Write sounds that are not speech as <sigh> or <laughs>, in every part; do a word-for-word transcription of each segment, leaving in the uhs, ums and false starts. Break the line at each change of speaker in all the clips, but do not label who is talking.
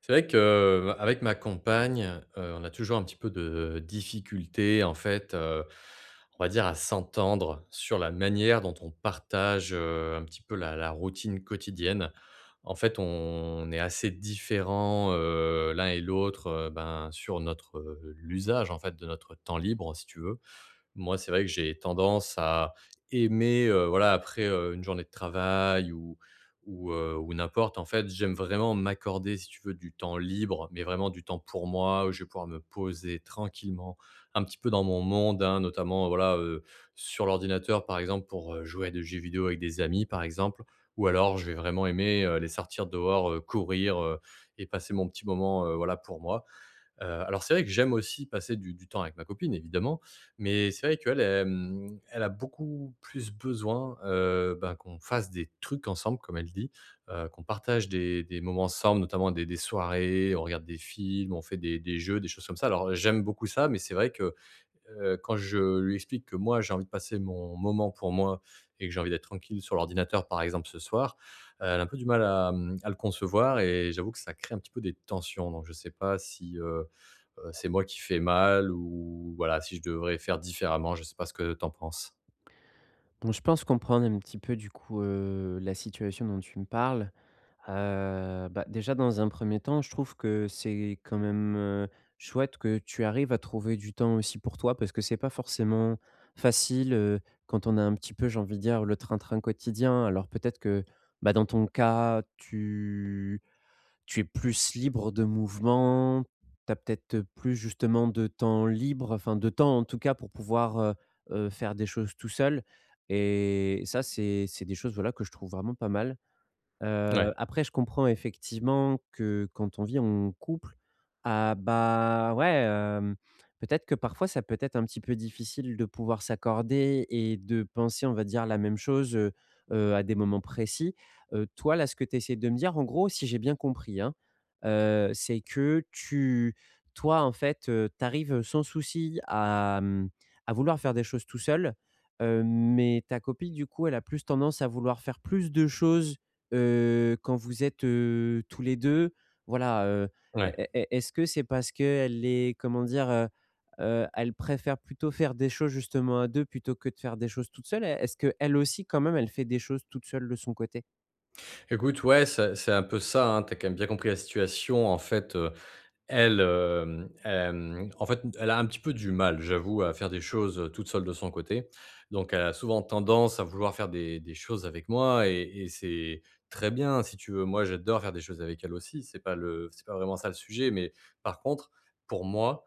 C'est vrai que euh, avec ma compagne, heu, on a toujours un petit peu de difficultés, en fait, heu, on va dire à s'entendre sur la manière dont on partage, heu, un petit peu la la routine quotidienne. En fait, on est assez différents, heu, l'un et l'autre, heu, ben, sur notre, heu, l'usage, en fait, de notre temps libre, si tu veux. Moi, c'est vrai que j'ai tendance à aimer, heu, voilà, après, heu, une journée de travail ou ou, heu, ou n'importe, en fait, j'aime vraiment m'accorder, si tu veux, du temps libre, mais vraiment du temps pour moi, où je vais pouvoir me poser tranquillement, un petit peu dans mon monde, hein, notamment, voilà, heu, sur l'ordinateur, par exemple, pour, heu, jouer à des jeux vidéo avec des amis, par exemple, ou alors je vais vraiment aimer, heu, aller sortir dehors, heu, courir, heu et passer mon petit moment, heu, voilà, pour moi. Heu, alors c'est vrai que j'aime aussi passer du du temps avec ma copine, évidemment, mais c'est vrai qu'elle, elle, mmh, elle a beaucoup plus besoin, heu, ben, qu'on fasse des trucs ensemble comme elle dit, heu, qu'on partage des des moments ensemble, notamment des des soirées, on regarde des films, on fait des des jeux, des choses comme ça. Alors j'aime beaucoup ça, mais c'est vrai que, heu, quand je lui explique que moi, j'ai envie de passer mon moment pour moi et que j'ai envie d'être tranquille sur l'ordinateur, par exemple, ce soir, heu, elle a un peu du mal à, mmh, à le concevoir, et j'avoue que ça crée un petit peu des tensions. Donc je sais pas si, heu, Heu, c'est moi qui fais mal, ou voilà, si je devrais faire différemment. Je sais pas ce que tu en penses?
Bon, je pense comprendre un petit peu du coup, heu, la situation dont tu me parles. Heu, bah, déjà dans un premier temps, je trouve que c'est quand même, heu, chouette que tu arrives à trouver du temps aussi pour toi parce que c'est pas forcément facile, heu, quand on a un petit peu, j'ai envie de dire, le train-train quotidien. Alors peut-être que, bah, dans ton cas, tu tu es plus libre de mouvement, tu as peut-être plus justement de temps libre, enfin de temps en tout cas pour pouvoir, heu heu, faire des choses tout seul, et ça c'est c'est des choses, voilà, que je trouve vraiment pas mal. Heu,
Ouais,
après je comprends effectivement que quand on vit en couple, ah bah, ouais, hem, peut-être que parfois ça peut être un petit peu difficile de pouvoir s'accorder et de penser, on va dire, la même chose, heu heu, à des moments précis. Heu, toi là, ce que tu essaies de me dire en gros, si j'ai bien compris, hein, heu, c'est que tu toi en fait, tu arrives sans souci à, mmh, à vouloir faire des choses tout seul, heu, mais ta copine du coup, elle a plus tendance à vouloir faire plus de choses, Heu, quand vous êtes, heu, tous les deux, voilà, heu, est
ouais.
est est est-ce que c'est parce qu'elle est comment dire? Heu heu, elle préfère plutôt faire des choses justement à deux plutôt que de faire des choses toute seule? Est est-ce qu'elle aussi quand même elle fait des choses toute seule de son côté?
Écoute, ouais, c'est c'est un peu ça, hein, tu quand même bien compris la situation. En fait, heu, elle, hem, hem, en fait, elle a un petit peu du mal, j'avoue, à faire des choses, heu, toute seule de son côté. Donc elle a souvent tendance à vouloir faire des des choses avec moi, et et c'est très bien, si tu veux. Moi, j'adore faire des choses avec elle aussi, c'est pas le c'est pas vraiment ça le sujet, mais par contre, pour moi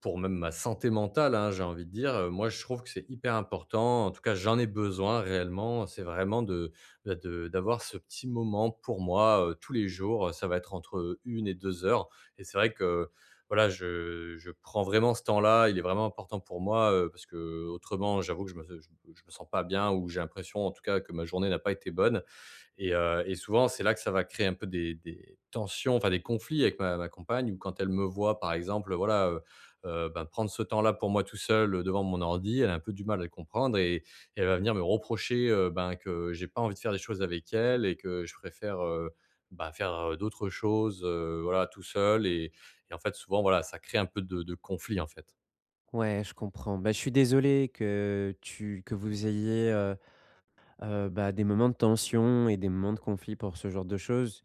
pour même ma santé mentale, hein, j'ai envie de dire, heu, moi je trouve que c'est hyper important. En tout cas, j'en ai besoin réellement. C'est vraiment de, bah, de d'avoir ce petit moment pour moi, heu, tous les jours, ça va être entre, une et deux heures, et c'est vrai que, voilà, je je prends vraiment ce temps-là. Il est vraiment important pour moi, heu, parce que autrement j'avoue que je me je je me sens pas bien, ou j'ai l'impression en tout cas que ma journée n'a pas été bonne et, heu et souvent, c'est là que ça va créer un peu des des tensions, enfin des conflits avec ma ma compagne, ou quand elle me voit, par exemple, voilà, heu heu, ben, prendre ce temps-là pour moi tout seul, heu, devant mon ordi, elle a un peu du mal à le comprendre, et et elle va venir me reprocher, heu, ben, que j'ai pas envie de faire des choses avec elle, et que je préfère, heu, bah, faire, heu, d'autres choses, heu, voilà, tout seul, et et en fait, souvent, voilà, ça crée un peu de de conflit, en fait.
Ouais, je comprends. Bah, je suis désolé que tu que vous ayez, heu heu, bah, des moments de tension et des moments de conflit pour ce genre de choses.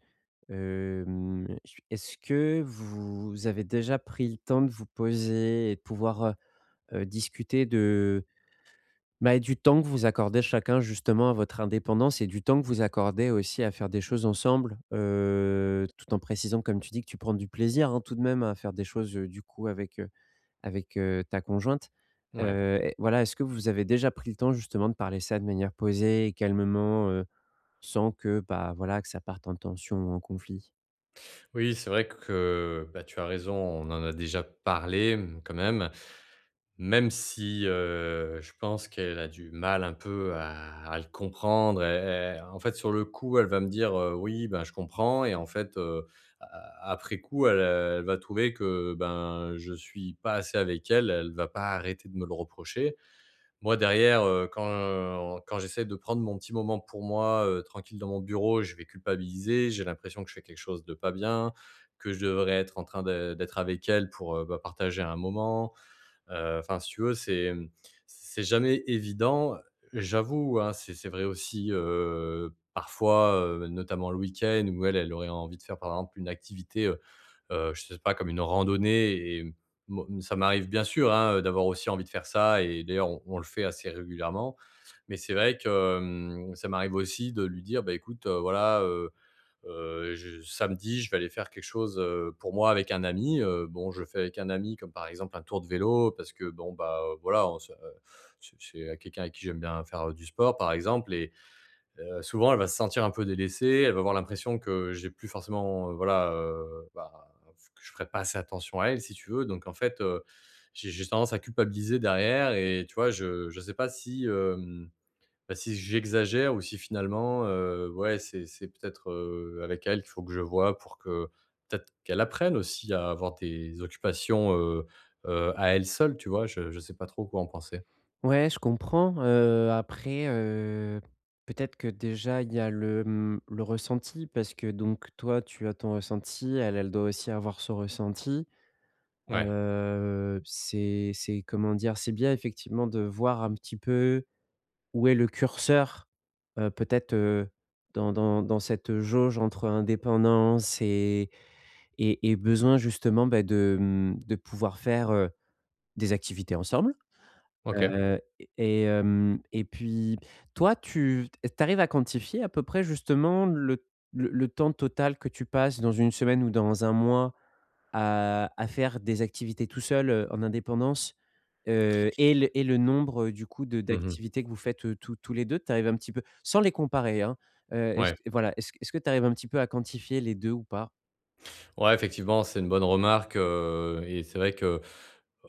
Hem, je Est-ce que vous avez déjà pris le temps de vous poser et de pouvoir, heu, discuter de, bah, du temps que vous accordez chacun justement à votre indépendance et du temps que vous accordez aussi à faire des choses ensemble, heu, tout en précisant comme tu dis que tu prends du plaisir, hein, tout de même à faire des choses, heu, du coup avec, heu, avec, heu, ta conjointe.
Ouais.
Heu et voilà, est-ce que vous avez déjà pris le temps justement de parler ça de manière posée et calmement, heu, sans que, bah, voilà, que ça parte en tension ou en conflit?
Oui, c'est vrai que, bah, tu as raison, on en a déjà parlé, mmh, quand même. Même si, heu, je pense qu'elle a du mal un peu à à le comprendre, et et en fait, sur le coup, elle va me dire, heu: «Oui, ben, je comprends», et en fait, heu, a après coup, elle, heu, elle va trouver que, ben, je suis pas assez avec elle, elle va pas arrêter de me le reprocher. Moi derrière, heu, quand euh, quand j'essaie de prendre mon petit moment pour moi, heu, tranquille dans mon bureau, je vais culpabiliser, j'ai l'impression que je fais quelque chose de pas bien, que je devrais être en train de d'être avec elle pour, heu, bah, partager un moment. Heu, enfin, si tu veux, c'est, mmh, c'est jamais évident. J'avoue, hein, c'est c'est vrai aussi, heu, parfois, heu, notamment le week-end où elle, elle aurait envie de faire, par exemple, une activité, heu heu, je sais pas, comme une randonnée. Et mo ça m'arrive bien sûr, hein, d'avoir aussi envie de faire ça, et d'ailleurs on on le fait assez régulièrement. Mais c'est vrai que, hem, ça m'arrive aussi de lui dire: «Bah, écoute, heu, voilà, euh, Heu, je samedi, je vais aller faire quelque chose, heu, pour moi avec un ami, heu, bon, je fais avec un ami comme par exemple un tour de vélo parce que bon, bah, heu, voilà, on se euh, c'est c'est quelqu'un avec qui j'aime bien faire, heu, du sport par exemple. Et heu, souvent elle va se sentir un peu délaissée, elle va avoir l'impression que j'ai plus forcément, heu, voilà, heu, bah, que je ferai pas assez attention à elle, si tu veux. Donc en fait, heu, j'ai j'ai tendance à culpabiliser derrière, et tu vois, je je sais pas si, hem bah, si j'exagère ou si finalement, heu, ouais, c'est c'est peut-être, heu, avec elle qu'il faut que je vois pour que peut-être qu'elle apprenne aussi à avoir des occupations, heu heu, à elle seule, tu vois? Je je sais pas trop quoi en penser.
Ouais, je comprends, heu, après, heu, peut-être que déjà il y a le, mmh, le ressenti parce que donc toi tu as ton ressenti, elle, elle doit aussi avoir son ressenti.
Ouais,
Heu, c'est c'est comment dire? C'est bien effectivement de voir un petit peu où est le curseur, heu, peut-être, heu, dans dans dans cette jauge entre indépendance et et et besoin justement, bah, de, mmh, de pouvoir faire, heu, des activités ensemble.
OK.
Heu et hem et puis toi, tu tu arrives à quantifier à peu près justement le le le temps total que tu passes dans une semaine ou dans un mois à à faire des activités tout seul, heu, en indépendance, heu et le et le nombre, heu, du coup de
Mmh.
d'activités que vous faites, heu, tous tous les deux. Tu arrives un petit peu sans les comparer, hein, heu, est-ce
Ouais.
voilà, est-ce est-ce que tu arrives un petit peu à quantifier les deux ou pas?
Ouais, effectivement, c'est une bonne remarque, heu et c'est vrai que,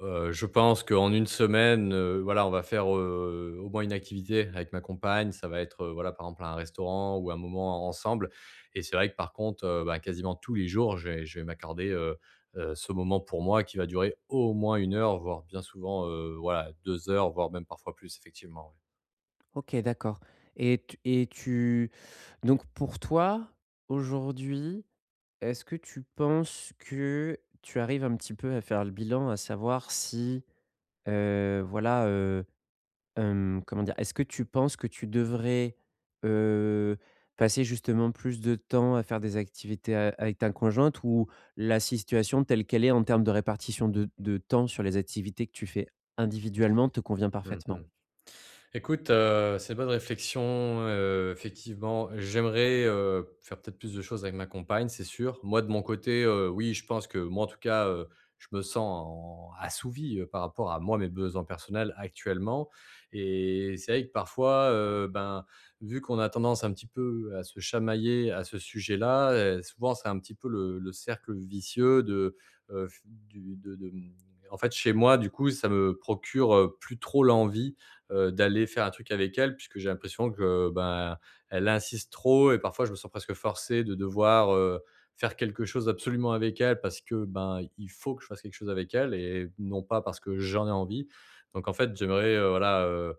heu, je pense qu'en une semaine, heu, voilà, on va faire, heu, au moins une activité avec ma compagne. Ça va être, heu, voilà, par exemple, un restaurant ou un moment ensemble. Et c'est vrai que, par contre, heu, bah, quasiment tous les jours, je vais je vais m'accorder, heu heu, ce moment pour moi qui va durer au moins une heure, voire bien souvent, heu, voilà, deux heures, voire même parfois plus, effectivement, ouais.
OK, d'accord, et tu et tu donc pour toi, aujourd'hui, est-ce que tu penses que tu arrives un petit peu à faire le bilan, à savoir si, heu, voilà, heu, hem, comment dire? Est-ce que tu penses que tu devrais, heu, passer justement plus de temps à faire des activités a avec ta conjointe ou la situation telle qu'elle est en termes de répartition de de temps sur les activités que tu fais individuellement te convient parfaitement?
Mmh. Écoute, heu, c'est une bonne réflexion, heu, effectivement, j'aimerais, heu, faire peut-être plus de choses avec ma compagne, c'est sûr. Moi, de mon côté, heu, oui, je pense que moi, en tout cas, heu, je me sens en assouvi, heu, par rapport à moi, mes besoins personnels actuellement, et c'est vrai que parfois, heu, ben, vu qu'on a tendance un petit peu à se chamailler à ce sujet-là, heu, souvent, c'est un petit peu le le cercle vicieux de, heu, f du de de, mmh en fait, chez moi, du coup, ça me procure, heu, plus trop l'envie heu, d'aller faire un truc avec elle puisque j'ai l'impression que, euh, ben, elle insiste trop, et parfois je me sens presque forcé de devoir, heu, faire quelque chose absolument avec elle parce que, ben, il faut que je fasse quelque chose avec elle et non pas parce que j'en ai envie. Donc en fait, j'aimerais, heu, voilà, heu,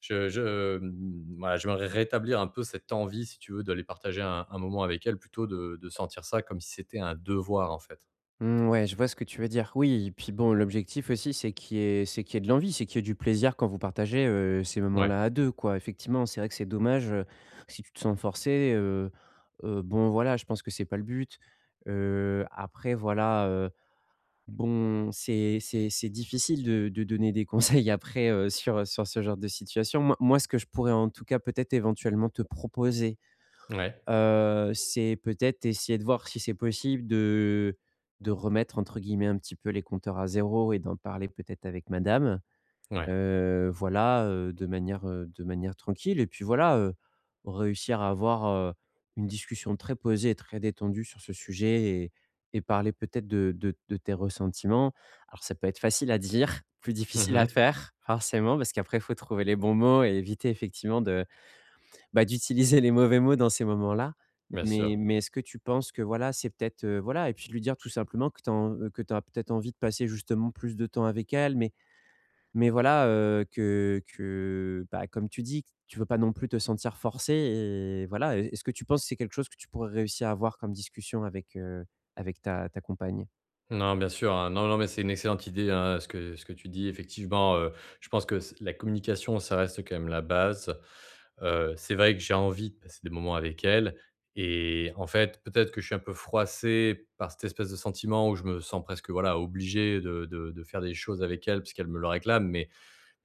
je je, mmh, voilà, j'aimerais rétablir un peu cette envie, si tu veux, d'aller partager un un moment avec elle plutôt de de sentir ça comme si c'était un devoir, en fait.
Mmh, ouais, je vois ce que tu veux dire. Oui et puis bon, l'objectif aussi, c'est qu'il y ait c'est qu'il y ait de l'envie, c'est qu'il y ait du plaisir quand vous partagez, heu, ces
Ouais,
moments-là à deux, quoi. Effectivement, c'est vrai que c'est dommage, heu, si tu te sens forcé, heu heu, bon, voilà, je pense que c'est pas le but. Heu, après, voilà, heu, bon, c'est c'est c'est difficile de de donner des conseils <laughs> après, heu, sur, sur ce genre de situation. Moi moi, ce que je pourrais, en tout cas, peut-être éventuellement te proposer,
ouais,
Heu, c'est peut-être essayer de voir si c'est possible de de «remettre» entre guillemets un petit peu les compteurs à zéro et d'en parler peut-être avec madame.
ouais.
Heu, voilà, heu, de manière, heu, de manière tranquille et puis voilà, heu, réussir à avoir, heu, une discussion très posée et très détendue sur ce sujet et et parler peut-être de de de tes ressentiments. Alors ça peut être facile à dire, <laughs> plus difficile à
Mmh.
faire forcément parce qu'après il faut trouver les bons mots et éviter effectivement de bah, d'utiliser les mauvais mots dans ces moments-là,
Bien
mais
sûr.
mais est-ce que tu penses que voilà, c'est peut-être, heu, voilà et puis de lui dire tout simplement que tu as que tu as peut-être envie de passer justement plus de temps avec elle, mais mais voilà, heu, que que, bah, comme tu dis, que tu veux pas non plus te sentir forcé et voilà. Est ce que tu penses que c'est quelque chose que tu pourrais réussir à avoir comme discussion avec, heu, avec ta ta compagne?
Non, bien sûr, hein. Non, non, mais c'est une excellente idée, hein, ce que ce que tu dis. Effectivement, heu, je pense que c la communication, ça reste quand même la base. Heu, c'est vrai que j'ai envie de passer des moments avec elle, et en fait, peut-être que je suis un peu froissé par cette espèce de sentiment où je me sens presque, voilà, obligé de de de faire des choses avec elle parce qu'elle me le réclame. Mais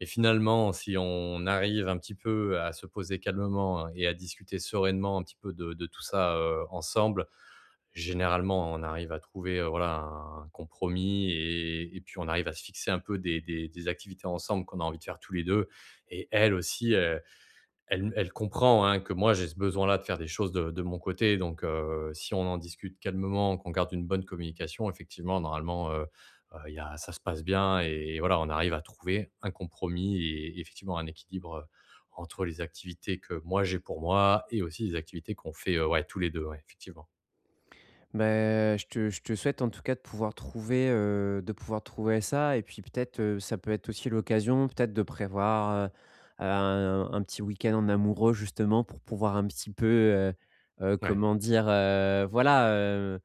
mais finalement, si on arrive un petit peu à se poser calmement, hein, et à discuter sereinement un petit peu de de tout ça, heu, ensemble, généralement, on arrive à trouver, heu, voilà, un compromis, et et puis on arrive à se fixer un peu des des des activités ensemble qu'on a envie de faire tous les deux. Et elle aussi, heu, elle elle comprend, hein, que moi j'ai ce besoin-là de faire des choses de de mon côté. Donc heu, si on en discute calmement, qu'on garde une bonne communication, effectivement, normalement, heu heu, il y a ça se passe bien, et voilà, on arrive à trouver un compromis et effectivement un équilibre, heu, entre les activités que moi j'ai pour moi et aussi les activités qu'on fait, heu, ouais, tous les deux, ouais, effectivement.
Ben je te je te souhaite en tout cas de pouvoir trouver, heu, de pouvoir trouver ça et puis peut-être, heu, ça peut être aussi l'occasion peut-être de prévoir, heu, un un petit week-end en amoureux justement pour pouvoir un petit peu, heu heu,
Ouais.
comment dire? Heu, voilà, heu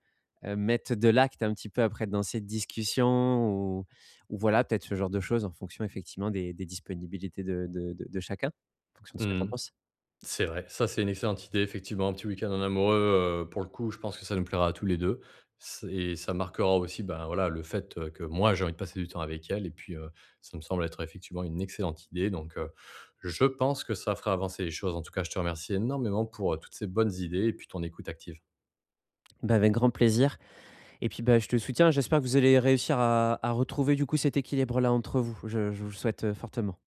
heu, Mettre de l'acte un petit peu après dans cette discussion ou ou voilà, peut-être ce genre de choses en fonction effectivement des des disponibilités de de de de chacun, en fonction de ce que tu en
Mmh.
penses.
C'est vrai, ça c'est une excellente idée, effectivement, un petit week-end en amoureux, heu, pour le coup, je pense que ça nous plaira à tous les deux. C'est et ça marquera aussi, ben, voilà, le fait, heu, que moi j'ai envie de passer du temps avec elle, et puis, heu, ça me semble être effectivement une excellente idée, donc, heu, je pense que ça fera avancer les choses. En tout cas, je te remercie énormément pour, heu, toutes ces bonnes idées, et puis ton écoute active.
Ben avec grand plaisir. Et puis, bah, je te soutiens. J'espère que vous allez réussir à à retrouver, du coup, cet équilibre-là entre vous. Je je vous le souhaite, heu, fortement.